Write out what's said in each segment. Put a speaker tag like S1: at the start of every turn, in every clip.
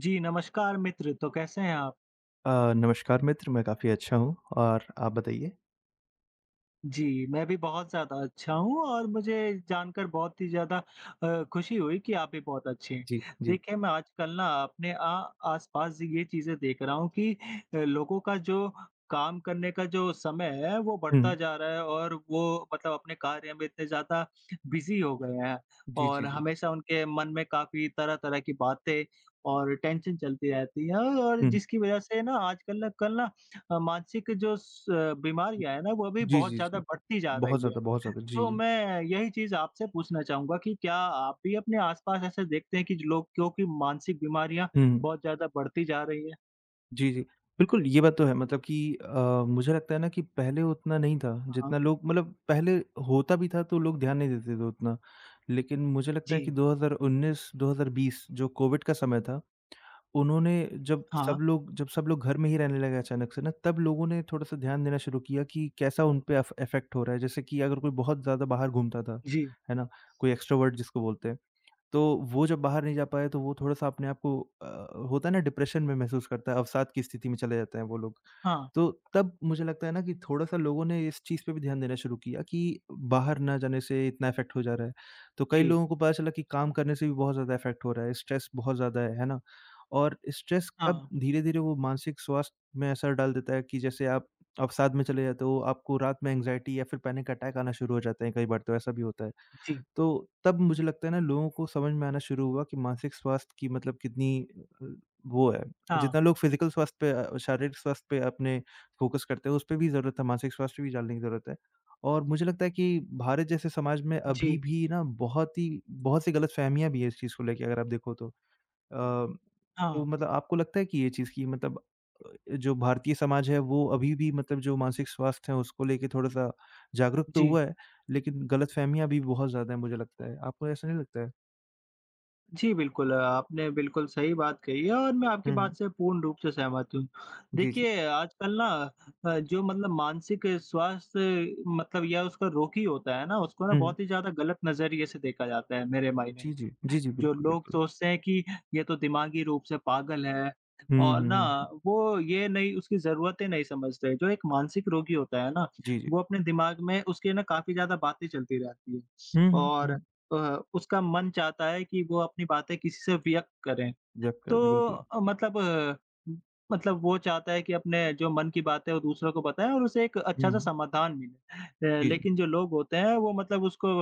S1: जी, नमस्कार मित्र, तो कैसे हैं आप?
S2: नमस्कार मित्र, मैं काफ़ी अच्छा हूँ। और आप बताइए?
S1: जी, मैं भी बहुत ज़्यादा अच्छा हूँ और मुझे जानकर बहुत ही ज़्यादा खुशी हुई कि आप भी बहुत अच्छे हैं।
S2: जी, जी।
S1: देखिए, मैं आजकल ना अपने आ आस-पास ये चीज़ें देख रहा हूँ कि लोगों का जो काम करने का जो समय है, वो बढ़ता
S2: हुँ।
S1: जा रहा है और वो मतलब अपने कार्य में इतने ज़्यादा बिज़ी हो गए हैं
S2: जी, जी,
S1: और
S2: जी।
S1: हमेशा उनके मन में काफ़ी तरह-तरह की बातें और टेंशन चलती रहती है और
S2: हुँ।
S1: जिसकी वजह से ना आजकल ना कल ना अ, मानसिक जो स बीमारियाँ है ना, वो भी
S2: जी,
S1: बहुत
S2: जी,
S1: ज़्यादा
S2: जी।
S1: बढ़ती जा
S2: बहुत
S1: रही है।
S2: ज़्यादा, बहुत ज़्यादा। जी,
S1: तो
S2: जी।
S1: मैं यही चीज़ आपसे पूछना चाहूँगा कि क्या आप भी अपने आस-पास ऐसे देखते हैं कि जो लोग क्योंकि मानसिक बीमारियाँ
S2: हुँ।
S1: बहुत ज़्यादा बढ़ती जा रही है?
S2: जी, जी। बिल्कुल, ये बात तो है मतलब कि मुझे लगता है ना कि पहले उतना नहीं था,
S1: हाँ,
S2: जितना लोग मतलब पहले होता भी था तो लोग ध्यान नहीं देते थे उतना। लेकिन मुझे लगता है कि
S1: जी,
S2: 2019-2020 जो कोविड का समय था उन्होंने
S1: हाँ,
S2: जब सब लोग घर में ही रहने लगे अचानक से ना, तब लोगों ने थोड़ा-सा ध्यान देना शुरू किया कि कैसा उन पे अफ इफ़ेक्ट हो रहा है। जैसे कि अगर कोई बहुत ज़्यादा बाहर घूमता था,
S1: जी,
S2: है ना? कोई एक्स्ट्रोवर्ट जिसको बोलते हैं, तो वो जब बाहर नहीं जा पाया, तो वो थोड़ा-सा अपने आप को होता है ना डिप्रेशन में महसूस करता है, अवसाद की स्थिति में चले जाते हैं वो लोग।
S1: हाँ,
S2: तो तब मुझे लगता है ना कि थोड़ा-सा लोगों ने इस चीज़ पे भी ध्यान देना शुरू किया कि बाहर ना जाने से इतना इफ़ेक्ट हो जा रहा है। तो कई
S1: जी,
S2: लोगों को पता चला कि काम करने से भी बहुत ज़्यादा इफ़ेक्ट हो रहा है, स्ट्रेस बहुत ज़्यादा है ना? और स्ट्रेस कब
S1: हाँ,
S2: धीरे-धीरे वो मानसिक स्वास्थ्य में असर डाल देता है कि जैसे आप साथ में चले जाते हो, आपको रात में एंग्ज़ायटी या फिर पैनिक अटैक आना शुरू हो जाते हैं, कई बार तो ऐसा भी होता है।
S1: जी,
S2: तो तब मुझे लगता है ना लोगों को समझ में आना शुरू हुआ कि मानसिक स्वास्थ्य की मतलब कितनी अ, वो है।
S1: हाँ,
S2: जितना लोग फिज़िकल स्वास्थ्य पे शारीरिक स्वास्थ्य पे अपने फ़ोकस करते हैं, उस पे भी ज़रूरत है, मानसिक स्वास्थ्य पे भी डालने की ज़रूरत है। और मुझे लगता है कि भारत जैसे समाज में अभी
S1: जी,
S2: भी ना बहुत सी गलतफ़हमियाँ भी हैं इस चीज़ को लेके अगर आप देखो तो। अ,
S1: हाँ,
S2: तो मतलब आपको लगता है कि ये चीज़ कि मतलब जो भारतीय समाज है वो अभी भी मतलब जो मानसिक स्वास्थ्य है उसको लेके थोड़ा-सा जागरूक तो
S1: जी।
S2: हुआ है, लेकिन गलतफ़हमियाँ भी बहुत ज़्यादा हैं मुझे लगता है। आपको ऐसा नहीं लगता है?
S1: जी, बिल्कुल, आपने बिल्कुल सही बात कही है और मैं आपकी
S2: हुँ,
S1: बात
S2: हुँ।
S1: से पूर्ण रूप से सहमत हूँ।
S2: जी, जी।
S1: देखिए, आजकल ना जो मतलब मानसिक स्वास्थ्य मतलब या उसका रोगी होता है ना, उसको ना
S2: हुँ, हुँ।
S1: बहुत ही ज़्यादा गलत नज़रिए से देखा जाता है मेरे मायने में।
S2: जी, जी। जी, जी,
S1: जो
S2: बिल्कुल,
S1: लोग
S2: बिल्कुल।
S1: सोचते हैं कि ये तो दिमागी रूप से पागल है
S2: हुँ,
S1: और
S2: हुँ,
S1: ना
S2: हुँ, हुँ।
S1: वो ये नहीं उसकी ज़रूरतें नहीं समझते। जो एक मानसिक रोगी होता है ना,
S2: जी, जी।
S1: वो अपने दिमाग में उसके ना काफ़ी ज़्यादा बातें चलती रहती हैं
S2: हुँ, हुँ, हुँ,
S1: और
S2: हुँ।
S1: अ, उसका मन चाहता है कि वो अपनी बातें किसी से व्यक्त करें।
S2: व्यक्त कर
S1: तो
S2: बिल्कुल।
S1: अ, मतलब अ, मतलब वो चाहता है कि अपने जो मन की बात है वो दूसरों को बताएँ और उसे एक
S2: हुँ,
S1: अच्छा-सा
S2: हुँ।
S1: समाधान मिले।
S2: जी, जी।
S1: लेकिन जो लोग होते हैं वो मतलब उसको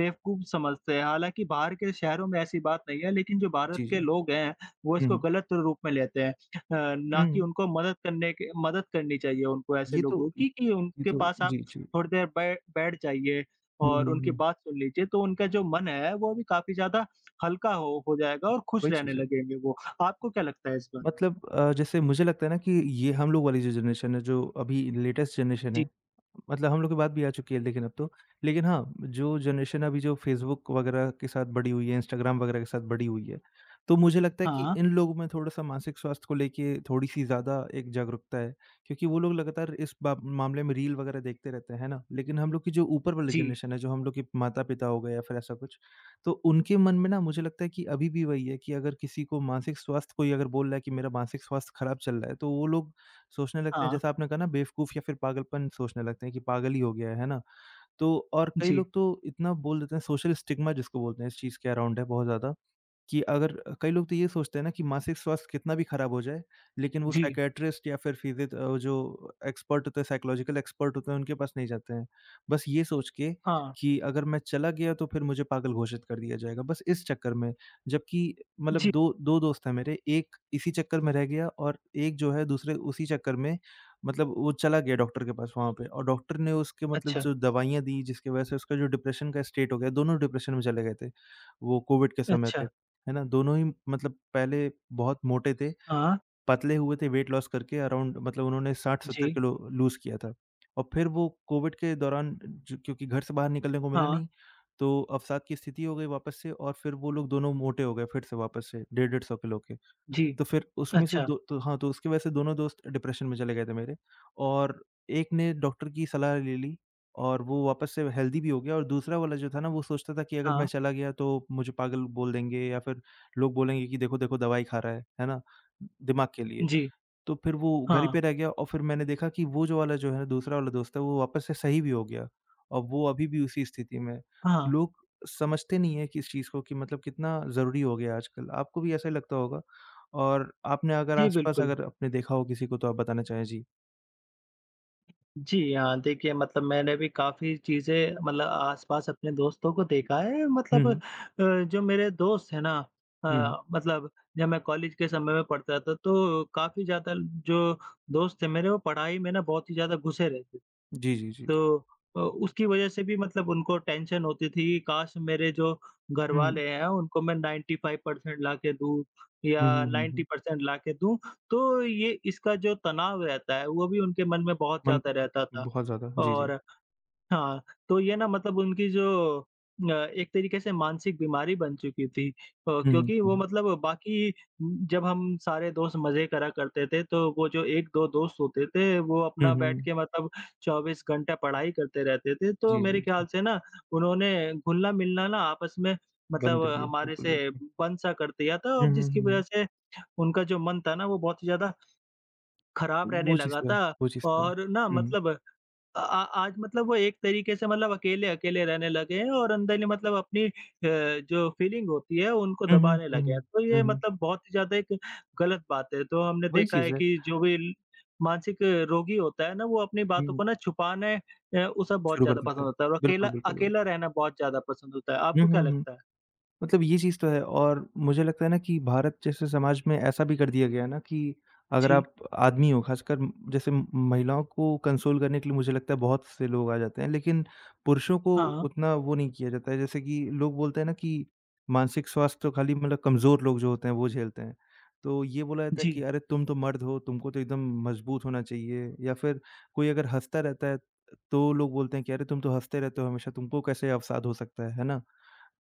S1: बेवकूफ़ समझते हैं। हालाँकि बाहर के शहरों में ऐसी बात नहीं है लेकिन जो भारत
S2: जी,
S1: के
S2: जी।
S1: लोग हैं वो
S2: हुँ,
S1: इसको
S2: हुँ।
S1: गलत रूप में लेते हैं। ना
S2: हुँ,
S1: कि
S2: हुँ।
S1: उनको मदद करने के मदद करनी चाहिए उनको ऐसे
S2: ये तो
S1: लोगों की कि
S2: ये
S1: उनके
S2: तो
S1: पास आप
S2: जी, जी।
S1: थोड़ी देर बै बैठ जाइए
S2: हुँ, हुँ,
S1: और उनकी
S2: हुँ।
S1: बात सुन लीजिए तो उनका जो मन है वो भी काफ़ी ज़्यादा हल्का हो जाएगा और खुश
S2: वही
S1: रहने
S2: चीज़ है।
S1: लगेंगे वो। आपको क्या लगता है इस बारे में?
S2: मतलब जैसे मुझे लगता है ना कि ये हम लोग वाली जो जनरेशन है, जो अभी लेटेस्ट जनरेशन
S1: जी,
S2: है, मतलब हम लोग के बाद भी आ चुकी है लेकिन अब तो। लेकिन हाँ, जो जनरेशन अभी जो फ़ेसबुक वगैरह के साथ बड़ी हुई है, इंस्टाग्राम वगैरह के साथ बड़ी हुई है, तो मुझे लगता है कि
S1: हाँ,
S2: इन लोगों में थोड़ा-सा मानसिक स्वास्थ्य को लेके थोड़ी-सी ज़्यादा एक जागरूकता है। क्योंकि वो लोग लगातार इस बा मामले में रील वगैरह देखते रहते हैं, है ना? लेकिन हम लोग की जो ऊपर वाली
S1: जी,
S2: जनरेशन है, जो हम लोग के माता-पिता हो गए या फिर ऐसा कुछ तो उनके मन में ना मुझे लगता है कि अभी भी वही है कि अगर किसी को मानसिक स्वास्थ्य कोई अगर बोल रहा है कि मेरा मानसिक स्वास्थ्य खराब चल रहा है तो वो लोग सोचने लगते हैं
S1: हाँ,
S2: जैसा आपने कहा ना बेवकूफ़ या फिर पागलपन सोचने लगते हैं कि पागल ही हो गया है ना? तो और कई
S1: जी,
S2: लोग तो इतना बोल देते हैं सोशल स्टिग्मा जिसको बोलते हैं इस चीज़ के अराउंड है बहुत ज़्यादा कि अगर कई लोग तो ये सोचते हैं ना कि मानसिक स्वास्थ्य कितना भी खराब हो जाए, लेकिन वो
S1: जी,
S2: साइकियाट्रिस्ट या फिर जो एक्सपर्ट होते हैं, साइकोलॉजिकल एक्सपर्ट होते हैं, उनके पास नहीं जाते हैं। बस ये सोच के
S1: हाँ,
S2: कि अगर मैं चला गया तो फिर मुझे पागल घोषित कर दिया जाएगा, बस इस चक्कर में। जबकि
S1: जी,
S2: मतलब 2 दोस्त हैं मेरे, एक इसी चक्कर में रह गया और एक जो है दूसरे उसी चक्कर में मतलब वो चला गया डॉक्टर के पास वहाँ पे और डॉक्टर ने उसके मतलब
S1: अच्छा,
S2: जो दवाइयाँ दी, जिसकी वजह से उसका जो डिप्रेशन का स्टेट हो गया, दोनों डिप्रेशन में चले गए थे, वो कोविड के समय पे।
S1: अच्छा,
S2: है ना? दोनों ही मतलब पहले बहुत मोटे थे,
S1: हाँ,
S2: पतले हुए थे वेट लॉस करके अराउंड मतलब उन्होंने 60-70
S1: जी,
S2: किलो लूज़ किया था। और फिर वो कोविड के दौरान ज क्योंकि घर से बाहर निकलने को मिला
S1: हाँ,
S2: नहीं, तो अवसाद की स्थिति हो गई वापस से और फिर वो लोग दोनों मोटे हो गए फिर से वापस से, डेढ़-डेढ़ 100 किलो के।
S1: जी,
S2: तो फिर उसमें से
S1: अच्छा,
S2: दो तो हाँ, तो उसकी वजह से दोनों दोस्त डिप्रेशन में चले गए थे मेरे और एक ने डॉक्टर की सलाह ले ली और वो वापस से हेल्दी भी हो गया और दूसरा वाला जो था ना, वो सोचता था कि अगर
S1: हाँ,
S2: मैं चला गया तो मुझे पागल बोल देंगे या फिर लोग बोलेंगे कि देखो, देखो दवाई खा रहा है ना? दिमाग के लिए।
S1: जी,
S2: तो फिर वो घर ही
S1: हाँ,
S2: पे रह गया और फिर मैंने देखा कि वो जो वाला जो है दूसरा वाला दोस्त है वो वापस से सही भी हो गया और वो अभी भी उसी स्थिति में है।
S1: हाँ,
S2: लोग समझते नहीं है कि इस चीज़ को कि मतलब कितना ज़रूरी हो गया है आजकल। आपको भी ऐसा ही लगता होगा और आपने अगर
S1: जी,
S2: आस-पास
S1: बिल्कुल।
S2: अगर आपने देखा हो किसी को तो आप बताना चाहें? जी।
S1: जी, हाँ, देखिए मतलब मैंने भी काफ़ी चीज़ें मतलब आस-पास अपने दोस्तों को देखा है
S2: हुँ,
S1: मतलब
S2: हुँ।
S1: जो मेरे दोस्त हैं ना
S2: हुँ, हुँ।
S1: अ, मतलब जब मैं कॉलेज के समय में पढ़ता था तो काफ़ी ज़्यादा जो दोस्त थे मेरे वो पढ़ाई में ना बहुत ही ज़्यादा घुसे रहते थे।
S2: जी, जी, जी।
S1: तो उसकी वजह से भी मतलब उनको टेंशन होती थी कि काश मेरे जो
S2: हुँ, हुँ।
S1: घरवाले हैं उनको मैं 95% लाके दूँ या
S2: हुँ, हुँ, हुँ, हुँ।
S1: 90% लाके दूँ। तो ये इसका जो तनाव रहता है वो भी उनके मन में बहुत
S2: मन
S1: ज़्यादा
S2: पे
S1: रहता था।
S2: बहुत ज़्यादा। जी,
S1: और
S2: जी।
S1: हाँ, तो ये ना मतलब उनकी जो एक तरीके से मानसिक बीमारी बन चुकी थी,
S2: हुँ, हुँ,
S1: क्योंकि
S2: हुँ,
S1: वो
S2: हुँ।
S1: मतलब बाकी जब हम सारे दोस्त मज़े करा करते थे, तो वो जो 1-2 दोस्त होते थे, वो
S2: हुँ,
S1: अपना बैठ
S2: हुँ।
S1: के मतलब 24 घंटा पढ़ाई करते रहते थे। तो
S2: जी,
S1: मेरे
S2: जी, जी।
S1: ख्याल से ना उन्होंने घुलना-मिलना ना आपस में मतलब
S2: बंद कर दिया।
S1: हमारे
S2: बिल्कुल,
S1: से
S2: बिल्कुल।
S1: बंद सा कर दिया था
S2: हुँ,
S1: और
S2: हुँ, हुँ,
S1: जिसकी वज़ह
S2: हुँ।
S1: से उनका जो मन था ना, वो बहुत ही ज़्यादा खराब रहने
S2: वो चीज़
S1: लगा
S2: तो है,
S1: था
S2: वो चीज़ तो है।
S1: और ना
S2: हुँ, हुँ।
S1: मतलब अ आ आज मतलब वो एक तरीके से मतलब अकेले-अकेले रहने लगे हैं और अंदर ही मतलब अपनी जो फीलिंग होती है उनको
S2: हुँ, हुँ।
S1: दबाने
S2: हुँ,
S1: लगे
S2: हुँ।
S1: हैं। तो ये
S2: हुँ, हुँ।
S1: मतलब बहुत ही ज़्यादा एक गलत बात है। तो हमने
S2: वही
S1: देखा है
S2: चीज़ है।
S1: कि जो भी ल मानसिक रोगी होता है ना वो अपनी बातों
S2: हुँ,
S1: को ना छुपाने उसे बहुत
S2: शुरू कर
S1: ज़्यादा
S2: देते
S1: पसंद
S2: हैं।
S1: होता है और अकेला
S2: बिल्कुल, बिल्कुल,
S1: अकेला
S2: बिल्कुल।
S1: रहना बहुत ज़्यादा पसंद होता है।
S2: हुँ,
S1: आपको
S2: हुँ,
S1: क्या
S2: हुँ।
S1: लगता है?
S2: मतलब ये चीज़ तो है और मुझे लगता है ना कि भारत जैसे समाज में ऐसा भी कर दिया गया है ना कि अगर
S1: जी,
S2: आप आदमी हो ख़ासकर जैसे महिलाओं को कंसोल करने के लिए मुझे लगता है बहुत से लोग आ जाते हैं, लेकिन पुरुषों को
S1: हाँ,
S2: उतना वो नहीं किया जाता है। जैसे कि लोग बोलते हैं ना कि मानसिक स्वास्थ्य तो खाली मतलब कमज़ोर लोग जो होते हैं वो झेलते हैं। तो ये बोला जाता है कि
S1: जी,
S2: अरे तुम तो मर्द हो, तुमको तो एकदम मज़बूत होना चाहिए या फिर कोई अगर हँसता रहता है तो लोग बोलते हैं कि अरे तुम तो हँसते रहते हो हमेशा, तुमको कैसे अवसाद हो सकता है ना?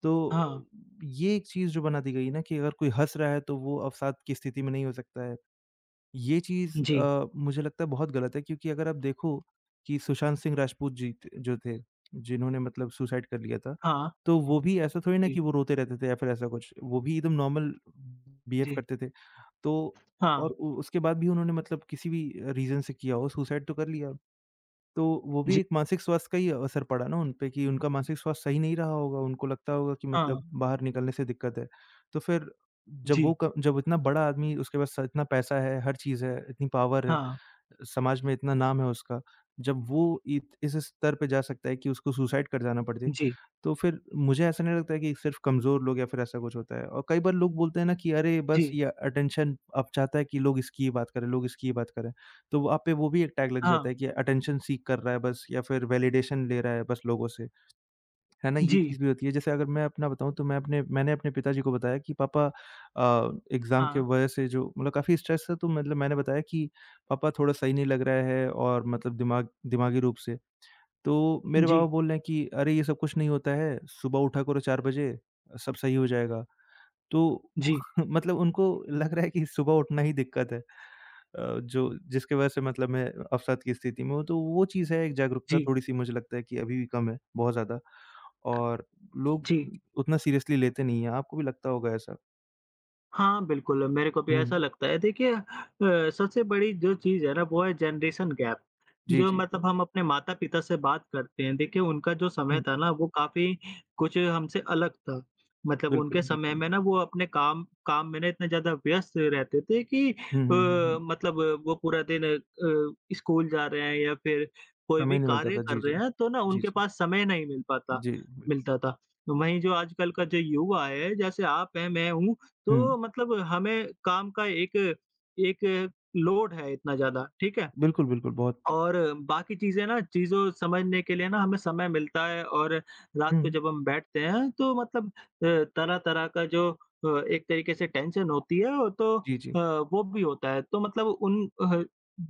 S2: तो
S1: हाँ,
S2: ये एक चीज़ जो बना दी गई है ना कि अगर कोई हँस रहा है तो वो अवसाद की स्थिति में नहीं हो सकता है। ये चीज़
S1: जी,
S2: मुझे लगता है बहुत गलत है क्योंकि अगर आप देखो कि सुशांत सिंह राजपूत जी थ जो थे, जिन्होंने मतलब सुसाइड कर लिया था,
S1: हाँ,
S2: तो वो भी ऐसा थोड़ी ना
S1: जी,
S2: कि वो रोते रहते थे या फिर ऐसा कुछ, वो भी एकदम नॉर्मल बिहेव
S1: जी,
S2: करते थे। तो
S1: हाँ,
S2: और उ उसके बाद भी उन्होंने मतलब किसी भी रीज़न से किया हो, सुसाइड तो कर लिया। तो वो भी
S1: जी,
S2: एक मानसिक स्वास्थ्य का ही असर पड़ा ना उन पे कि उनका मानसिक स्वास्थ्य सही नहीं रहा होगा, उनको लगता होगा कि
S1: हाँ,
S2: मतलब बाहर निकलने से दिक्कत है। तो फिर जब वो
S1: जी,
S2: क जब इतना बड़ा आदमी उसके पास इतना पैसा है, हर चीज़ है, इतनी पावर है,
S1: हाँ,
S2: समाज में इतना नाम है उसका, जब वो इत इस स्तर पे जा सकता है कि उसको सुसाइड कर जाना पड़ जाए,
S1: जी,
S2: तो फिर मुझे ऐसा नहीं लगता है कि सिर्फ़ कमज़ोर लोग या फिर ऐसा कुछ होता है। और कई बार लोग बोलते हैं ना कि अरे बस
S1: जी,
S2: ये अटेंशन अब चाहता है कि लोग इसकी ही बात करें, लोग इसकी ही बात करें। तो वो आप पे वो भी एक टैग लग जाता
S1: हाँ,
S2: है कि अटेंशन सीक कर रहा है बस या फिर वैलिडेशन ले रहा है बस लोगों से। है ना? ये
S1: जी,
S2: चीज़ भी होती है। जैसे अगर मैं अपना बताऊँ तो मैंने अपने पिताजी को बताया कि पापा एग्ज़ाम के
S1: हाँ।
S2: वजह से जो मतलब काफ़ी स्ट्रेस था तो मतलब मैंने बताया कि पापा थोड़ा सही नहीं लग रहा है और मतलब दिमागी रूप से। तो मेरे पापा
S1: जी,
S2: बोल रहे हैं कि अरे ये सब कुछ नहीं होता है, सुबह उठा करो 4 बजे, सब सही हो जाएगा। तो
S1: जी,
S2: मतलब उनको लग रहा है कि सुबह उठना ही दिक्कत है। जो जिसकी वजह से मतलब मैं अवसाद की स्थिति में हूँ। तो वो चीज़ है एक जागरूकता
S1: जी,
S2: थोड़ी-सी मुझे लगता है कि अभी भी कम है, बहुत ज़्यादा। और लोग
S1: जी।
S2: उतना सीरियसली लेते नहीं हैं, आपको भी लगता होगा ऐसा?
S1: हाँ, बिल्कुल, मेरे को भी ऐसा
S2: हुँ।
S1: लगता है। देखिए सबसे बड़ी जो चीज़ है ना, वो है जनरेशन गैप,
S2: जी,
S1: जो
S2: जी, जी।
S1: मतलब हम अपने माता-पिता से बात करते हैं। देखिए, उनका जो समय
S2: हुँ,
S1: था ना, वो काफ़ी कुछ हमसे अलग था। मतलब
S2: बिल्कुल,
S1: उनके समय
S2: बिल्कुल।
S1: में ना, वो अपने काम काम में ना इतने ज़्यादा व्यस्त रहते थे कि
S2: हुँ, हुँ, हुँ, हुँ।
S1: मतलब वो पूरा दिन स्कूल जा रहे हैं या फिर कोई भी
S2: समय नहीं मिलता
S1: कार्य
S2: था,
S1: कर
S2: जी,
S1: रहे
S2: जी।
S1: हैं, तो ना
S2: जी,
S1: उनके
S2: जी।
S1: पास समय नहीं मिल पाता
S2: जी, बिल्कुल।
S1: मिलता था। वहीं जो आजकल का जो युवा है, जैसे आप हैं, मैं हूँ,
S2: हुँ,
S1: तो मतलब हमें काम का एक एक लोड है इतना ज़्यादा, ठीक है?
S2: बिल्कुल, बिल्कुल, बहुत।
S1: और बाकी चीज़ें ना चीज़ों समझने के लिए ना हमें समय मिलता है और रात को
S2: हुँ,
S1: जब हम बैठते हैं तो मतलब तरह-तरह का जो एक तरीके से टेंशन होती है और
S2: जी, जी,
S1: वो भी होता है। तो मतलब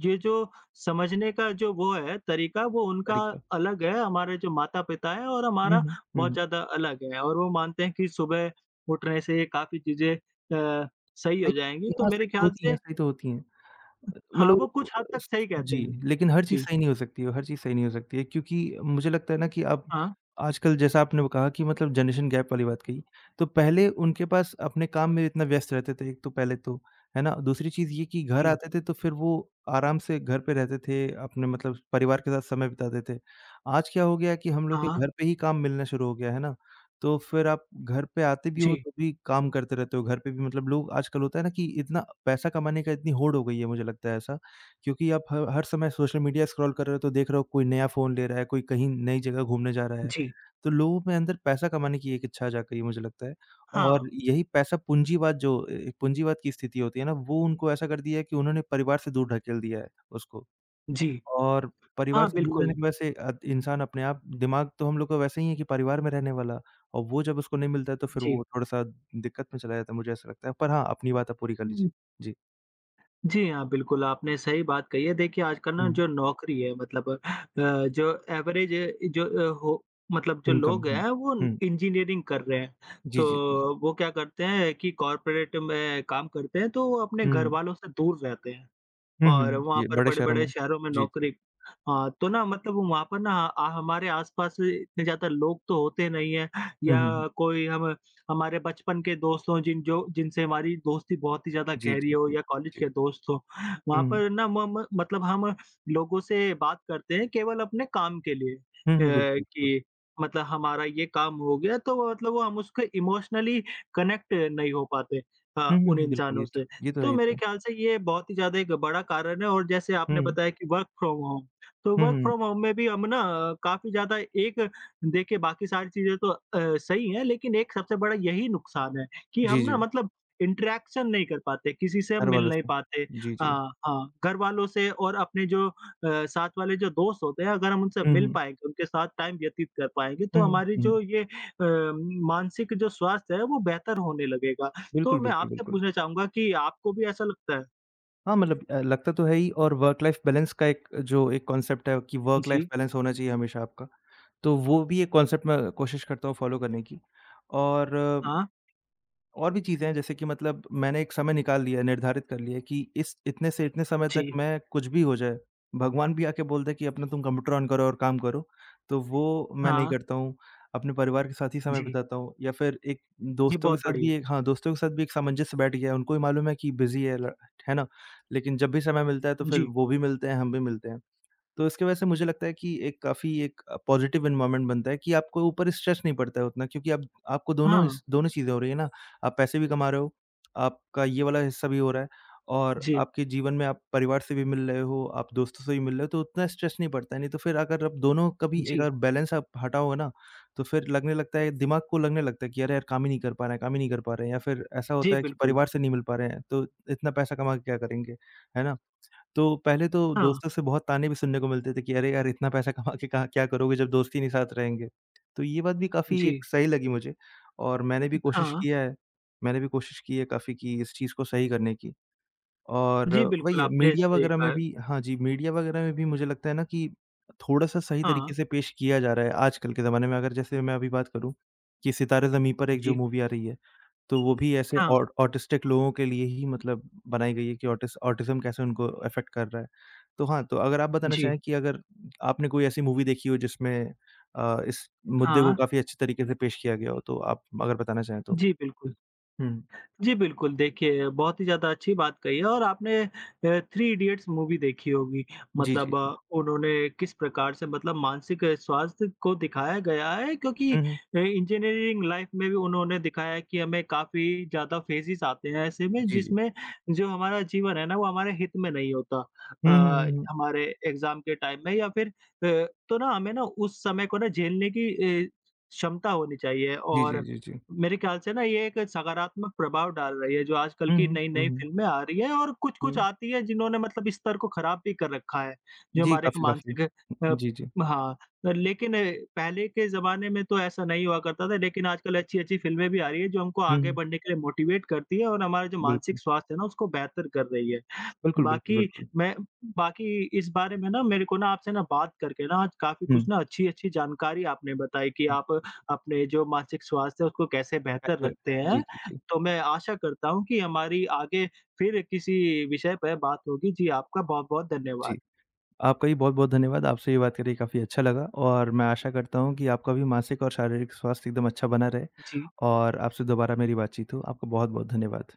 S1: ये जो समझने का जो वो है तरीका वो उनका
S2: तरीका।
S1: अलग है, हमारे जो माता-पिता हैं और
S2: हुँ,
S1: हमारा
S2: हुँ, हुँ,
S1: बहुत
S2: हुँ।
S1: ज़्यादा अलग है और वो मानते हैं कि सुबह उठने से ये काफ़ी चीज़ें सही हो जाएँगी।
S2: सही।
S1: तो
S2: हाँ,
S1: मेरे
S2: सही तो
S1: ख्याल
S2: होती हैं
S1: से
S2: सही तो होती हैं।
S1: हाँ,
S2: मतलब
S1: वो
S2: उनको
S1: कुछ हद
S2: अ,
S1: तक
S2: स
S1: सही कहते
S2: जी,
S1: हैं।
S2: लेकिन हर चीज़
S1: जी।
S2: सही नहीं हो सकती है, हर चीज़ सही नहीं हो सकती है क्योंकि मुझे लगता है ना कि अब
S1: हाँ।
S2: आजकल जैसा आपने वो कहा कि मतलब जनरेशन गैप वाली बात कही, तो पहले उनके पास अपने काम में इतना व्यस्त रहते थे, एक तो पहले तो, है ना? दूसरी चीज़ ये कि घर
S1: जी।
S2: आते थे तो फिर वो आराम से घर पे रहते थे, अपने मतलब परिवार के साथ समय बिताते थे। आज क्या हो गया है कि हम लोग के
S1: हाँ,
S2: घर पे ही काम मिलना शुरू हो गया है ना? तो फिर आप घर पे आते भी हो
S1: जी,
S2: तो भी काम करते रहते हो, घर पे भी मतलब लोग आजकल होता है ना कि इतना पैसा कमाने का इतनी होड़ हो गई है मुझे लगता है ऐसा, क्योंकि आप ह हर समय सोशल मीडिया स्क्रॉल कर रहे हो तो देख रहे हो कोई नया फ़ोन ले रहा है, कोई कहीं नई जगह घूमने जा रहा है।
S1: जी।
S2: तो लोगों में अंदर पैसा कमाने की एक इच्छा जाग गई है मुझे लगता है
S1: हाँ,
S2: और यही पैसा पूँजीवाद जो ए पूँजीवाद की स्थिति होती है ना, वो उनको ऐसा कर दिया है कि उन्होंने परिवार से दूर ढकेल दिया है उसको।
S1: जी।
S2: और परिवार
S1: हाँ,
S2: से दूर रहने
S1: बिल्कुल,
S2: की वजह से इंसान अपने आप दिमाग तो हम लोग का वैसे ही है कि परिवार में रहने वाला और वो जब उसको नहीं मिलता है तो फिर
S1: जी।
S2: वो थोड़ा-सा दिक्कत में चला जाता है, मुझे ऐसा लगता है। पर हाँ, अपनी बात आप पूरी कर
S1: हुँ,
S2: लीजिए। जी।
S1: जी हाँ, बिल्कुल आपने सही बात कही है। देखिए आजकल ना
S2: हुँ,
S1: जो नौकरी है मतलब अ, जो एवरेज जो अ, हो मतलब जो
S2: इनकम।
S1: लोग
S2: हुँ,
S1: हैं वो
S2: हुँ।
S1: इंजीनियरिंग कर रहे हैं।
S2: जी,
S1: तो
S2: जी, जी, जी।
S1: वो क्या करते हैं कि कॉर्पोरेट में काम करते हैं तो वो अपने
S2: हुँ,
S1: घरवालों से दूर रहते हैं।
S2: हुँ, हुँ,
S1: और
S2: हुँ।
S1: वहाँ
S2: ये
S1: पर
S2: बड़े शहरों
S1: बड़े-बड़े
S2: में।
S1: शहरों में
S2: जी, जी।
S1: नौकरी हाँ, तो ना मतलब वहाँ पर ना हमारे आस-पास इतने ज़्यादा लोग तो होते नहीं हैं
S2: हुँ,
S1: या
S2: हुँ, हुँ।
S1: कोई हम हमारे बचपन के दोस्त हों जिनसे हमारी दोस्ती बहुत ही ज़्यादा
S2: जी,
S1: गहरी
S2: जी,
S1: हो
S2: जी,
S1: या कॉलेज
S2: जी।
S1: के दोस्त हों। वहाँ
S2: हुँ, हुँ।
S1: पर ना म म मतलब हम लोगों से बात करते हैं केवल अपने काम के लिए
S2: हुँ, हुँ, बिल्कुल, बिल्कुल।
S1: कि मतलब हमारा ये काम हो गया तो वो मतलब वो हम उसको इमोशनली कनेक्ट नहीं हो पाते
S2: हुँ, हुँ,
S1: उन
S2: हुँ, बिल्कुल,
S1: इंसानों से।
S2: ये तो है,
S1: तो
S2: ये
S1: मेरे
S2: तो है।
S1: ख्याल से ये बहुत ही ज़्यादा एक बड़ा कारण है और जैसे आपने
S2: हुँ,
S1: बताया कि वर्क फ्रॉम होम, तो
S2: हुँ,
S1: वर्क
S2: हुँ, हुँ।
S1: फ्रॉम होम में भी हम ना काफ़ी ज़्यादा एक देखिए बाकी सारी चीज़ें तो सही हैं, लेकिन एक सबसे बड़ा यही नुकसान है कि
S2: जी,
S1: हम ना
S2: जी,
S1: मतलब इंटरैक्शन नहीं कर पाते, किसी से हम
S2: घर
S1: मिल
S2: वालों
S1: नहीं
S2: से।
S1: पाते।
S2: जी, जी।
S1: हाँ, हाँ, घरवालों से और अपने जो साथ वाले जो दोस्त होते हैं, अगर हम उनसे
S2: हुँ,
S1: मिल
S2: हुँ।
S1: पाएँगे, उनके साथ टाइम व्यतीत कर पाएँगे, तो
S2: हुँ,
S1: हमारी
S2: हुँ,
S1: जो
S2: हुँ।
S1: ये मानसिक जो स्वास्थ्य है, वो बेहतर होने लगेगा। तो
S2: बिल्कुल,
S1: मैं
S2: बिल्कुल,
S1: आपसे
S2: बिल्कुल।
S1: पूछना चाहूँगा कि आपको भी ऐसा लगता है?
S2: हाँ, मतलब लगता तो है ही और वर्क लाइफ बैलेंस का एक कॉन्सेप्ट है कि वर्क लाइफ
S1: जी,
S2: बैलेंस होना चाहिए हमेशा आपका, तो वो भी एक कॉन्सेप्ट मैं कोशिश करता हूँ फॉलो करने की और
S1: हाँ,
S2: भी चीज़ें हैं जैसे कि मतलब मैंने एक समय निकाल लिया है, निर्धारित कर लिया है कि इस इतने से इतने समय तक
S1: जी,
S2: मैं कुछ भी हो जाए, भगवान भी आके बोल दे कि अपना तुम कंप्यूटर ऑन करो और काम करो, तो वो मैं नहीं
S1: हाँ,
S2: करता हूँ। अपने परिवार के साथ ही समय
S1: जी,
S2: बिताता हूँ या फिर एक
S1: जी,
S2: दोस्तों के
S1: बहुत
S2: साथ
S1: बढ़िया।
S2: भी एक हाँ, दोस्तों के साथ भी एक सामंजस्य बैठ गया है, उनको भी मालूम है कि बिज़ी है ल है ना? लेकिन जब भी समय मिलता है तो फिर
S1: जी,
S2: वो भी मिलते हैं, हम भी मिलते हैं। तो इसकी वजह से मुझे लगता है कि एक काफ़ी एक पॉज़िटिव एनवायरनमेंट बनता है कि आपको ऊपर स्ट्रेस नहीं पड़ता है उतना क्योंकि आप आपको
S1: हाँ,
S2: दोनों चीज़ें हो रही है ना, आप पैसे भी कमा रहे हो, आपका ये वाला हिस्सा भी हो रहा है और
S1: जी,
S2: आपके जीवन में आप परिवार से भी मिल रहे हो, आप दोस्तों से भी मिल रहे हो, तो उतना स्ट्रेस नहीं पड़ता है। नहीं तो फिर अगर आप दोनों का भी एक
S1: जी,
S2: अगर बैलेंस आप हटाओगे ना, तो फिर लगने लगता है दिमाग को लगने लगता है कि अरे यार काम ही नहीं कर पा रहे हैं काम ही नहीं कर पा रहे हैं या फिर ऐसा
S1: जी,
S2: होता है कि
S1: बिल्कुल।
S2: परिवार से नहीं मिल पा रहे हैं, तो इतना पैसा कमा के क्या करेंगे, है ना? तो पहले तो
S1: हाँ,
S2: दोस्तों से बहुत ताने भी सुनने को मिलते थे कि अरे यार! इतना पैसा कमा के कहाँ क्या करोगे जब दोस्त ही नहीं साथ रहेंगे। तो ये बात भी काफ़ी
S1: जी,
S2: एक सही लगी मुझे और
S1: हाँ,
S2: मैंने भी कोशिश की है काफ़ी कि इस चीज़ को सही करने की। और
S1: जी,
S2: वही
S1: बिल्कुल,
S2: है
S1: आपने
S2: मीडिया
S1: सही
S2: वगैरह
S1: कहा
S2: में
S1: है।
S2: भी। हाँ जी, मीडिया वगैरह में भी मुझे लगता है ना कि थोड़ा-सा सही
S1: हाँ,
S2: तरीके से पेश किया जा रहा है आजकल के ज़माने में अगर जैसे मैं अभी बात करूँ कि सितारे ज़मीं पर एक जो
S1: जी,
S2: मूवी आ रही है तो वो भी ऐसे
S1: हाँ,
S2: ऑट ऑटिस्टिक लोगों के लिए ही मतलब बनाई गई है कि ऑटिस ऑटिज़्म कैसे उनको अफ़ेक्ट कर रहा है। तो हाँ, तो अगर आप बताना
S1: जी,
S2: चाहें कि अगर आपने कोई ऐसी मूवी देखी हो जिसमें इस मुद्दे
S1: हाँ,
S2: को काफ़ी अच्छे तरीके से पेश किया गया हो, तो आप अगर बताना चाहें तो?
S1: जी, बिल्कुल।
S2: हुँ।
S1: जी, बिल्कुल, देखिए बहुत ही ज़्यादा अच्छी बात कही है और आपने थ्री इडियट्स मूवी देखी होगी।
S2: जी, जी,
S1: मतलब
S2: जी।
S1: उन्होंने किस प्रकार से मतलब मानसिक स्वास्थ्य को दिखाया गया है क्योंकि
S2: हुँ, हुँ।
S1: इंजीनियरिंग लाइफ में भी उन्होंने दिखाया है कि हमें काफ़ी ज़्यादा फेजेज़ आते हैं ऐसे में
S2: जी, जी।
S1: जिसमें जो हमारा जीवन है ना वो हमारे हित में नहीं होता।
S2: हुँ, हुँ, हुँ, हुँ।
S1: हमारे एग्ज़ाम के टाइम में या फिर तो ना हमें ना उस समय को ना झेलने की अ, क्षमता होनी चाहिए
S2: जी, जी,
S1: और
S2: जी, जी।
S1: मेरे ख्याल से ना ये एक सकारात्मक प्रभाव डाल रही है, जो आजकल
S2: हुँ,
S1: की
S2: हुँ। हुँ,
S1: नई-नई
S2: हुँ।
S1: फ़िल्में आ रही हैं और कुछ-कुछ
S2: हुँ।
S1: आती है जिन्होंने मतलब इस स्तर को ख़राब भी कर रखा है, जो
S2: जी,
S1: हमारे एक
S2: काफ़ी, काफ़ी।
S1: अ,
S2: जी, जी।
S1: हाँ, अ, लेकिन अ, पहले के ज़माने में तो ऐसा नहीं हुआ करता था लेकिन आजकल अच्छी-अच्छी फ़िल्में भी आ रही है, जो हमको
S2: हुँ,
S1: आगे
S2: हुँ।
S1: बढ़ने के लिए मोटिवेट करती है और हमारा जो मानसिक
S2: बिल्कुल।
S1: स्वास्थ्य है ना उसको बेहतर कर रही है।
S2: बिल्कुल, बिल्कुल,
S1: बाकी
S2: बिल्कुल।
S1: मैं बाकी इस बारे में ना मेरे को ना आपसे ना बात करके ना आज काफ़ी कुछ
S2: हुँ।
S1: ना अच्छी-अच्छी जानकारी आपने बताई कि
S2: हुँ।
S1: आप अपने जो मानसिक स्वास्थ्य है उसको कैसे बेहतर
S2: ऐसे।
S1: रखते हैं।
S2: जी, जी, जी।
S1: तो मैं आशा करता हूँ कि हमारी आगे फिर किसी विषय पे बात होगी। जी, आपका बहुत-बहुत धन्यवाद।
S2: जी। आपका भी बहुत-बहुत धन्यवाद। आपसे ये बात करके काफ़ी अच्छा लगा और मैं आशा करता हूँ कि आपका भी मानसिक और शारीरिक स्वास्थ्य एकदम अच्छा बना रहे
S1: जी।
S2: और आपसे दोबारा मेरी बातचीत हो। आपका बहुत-बहुत धन्यवाद।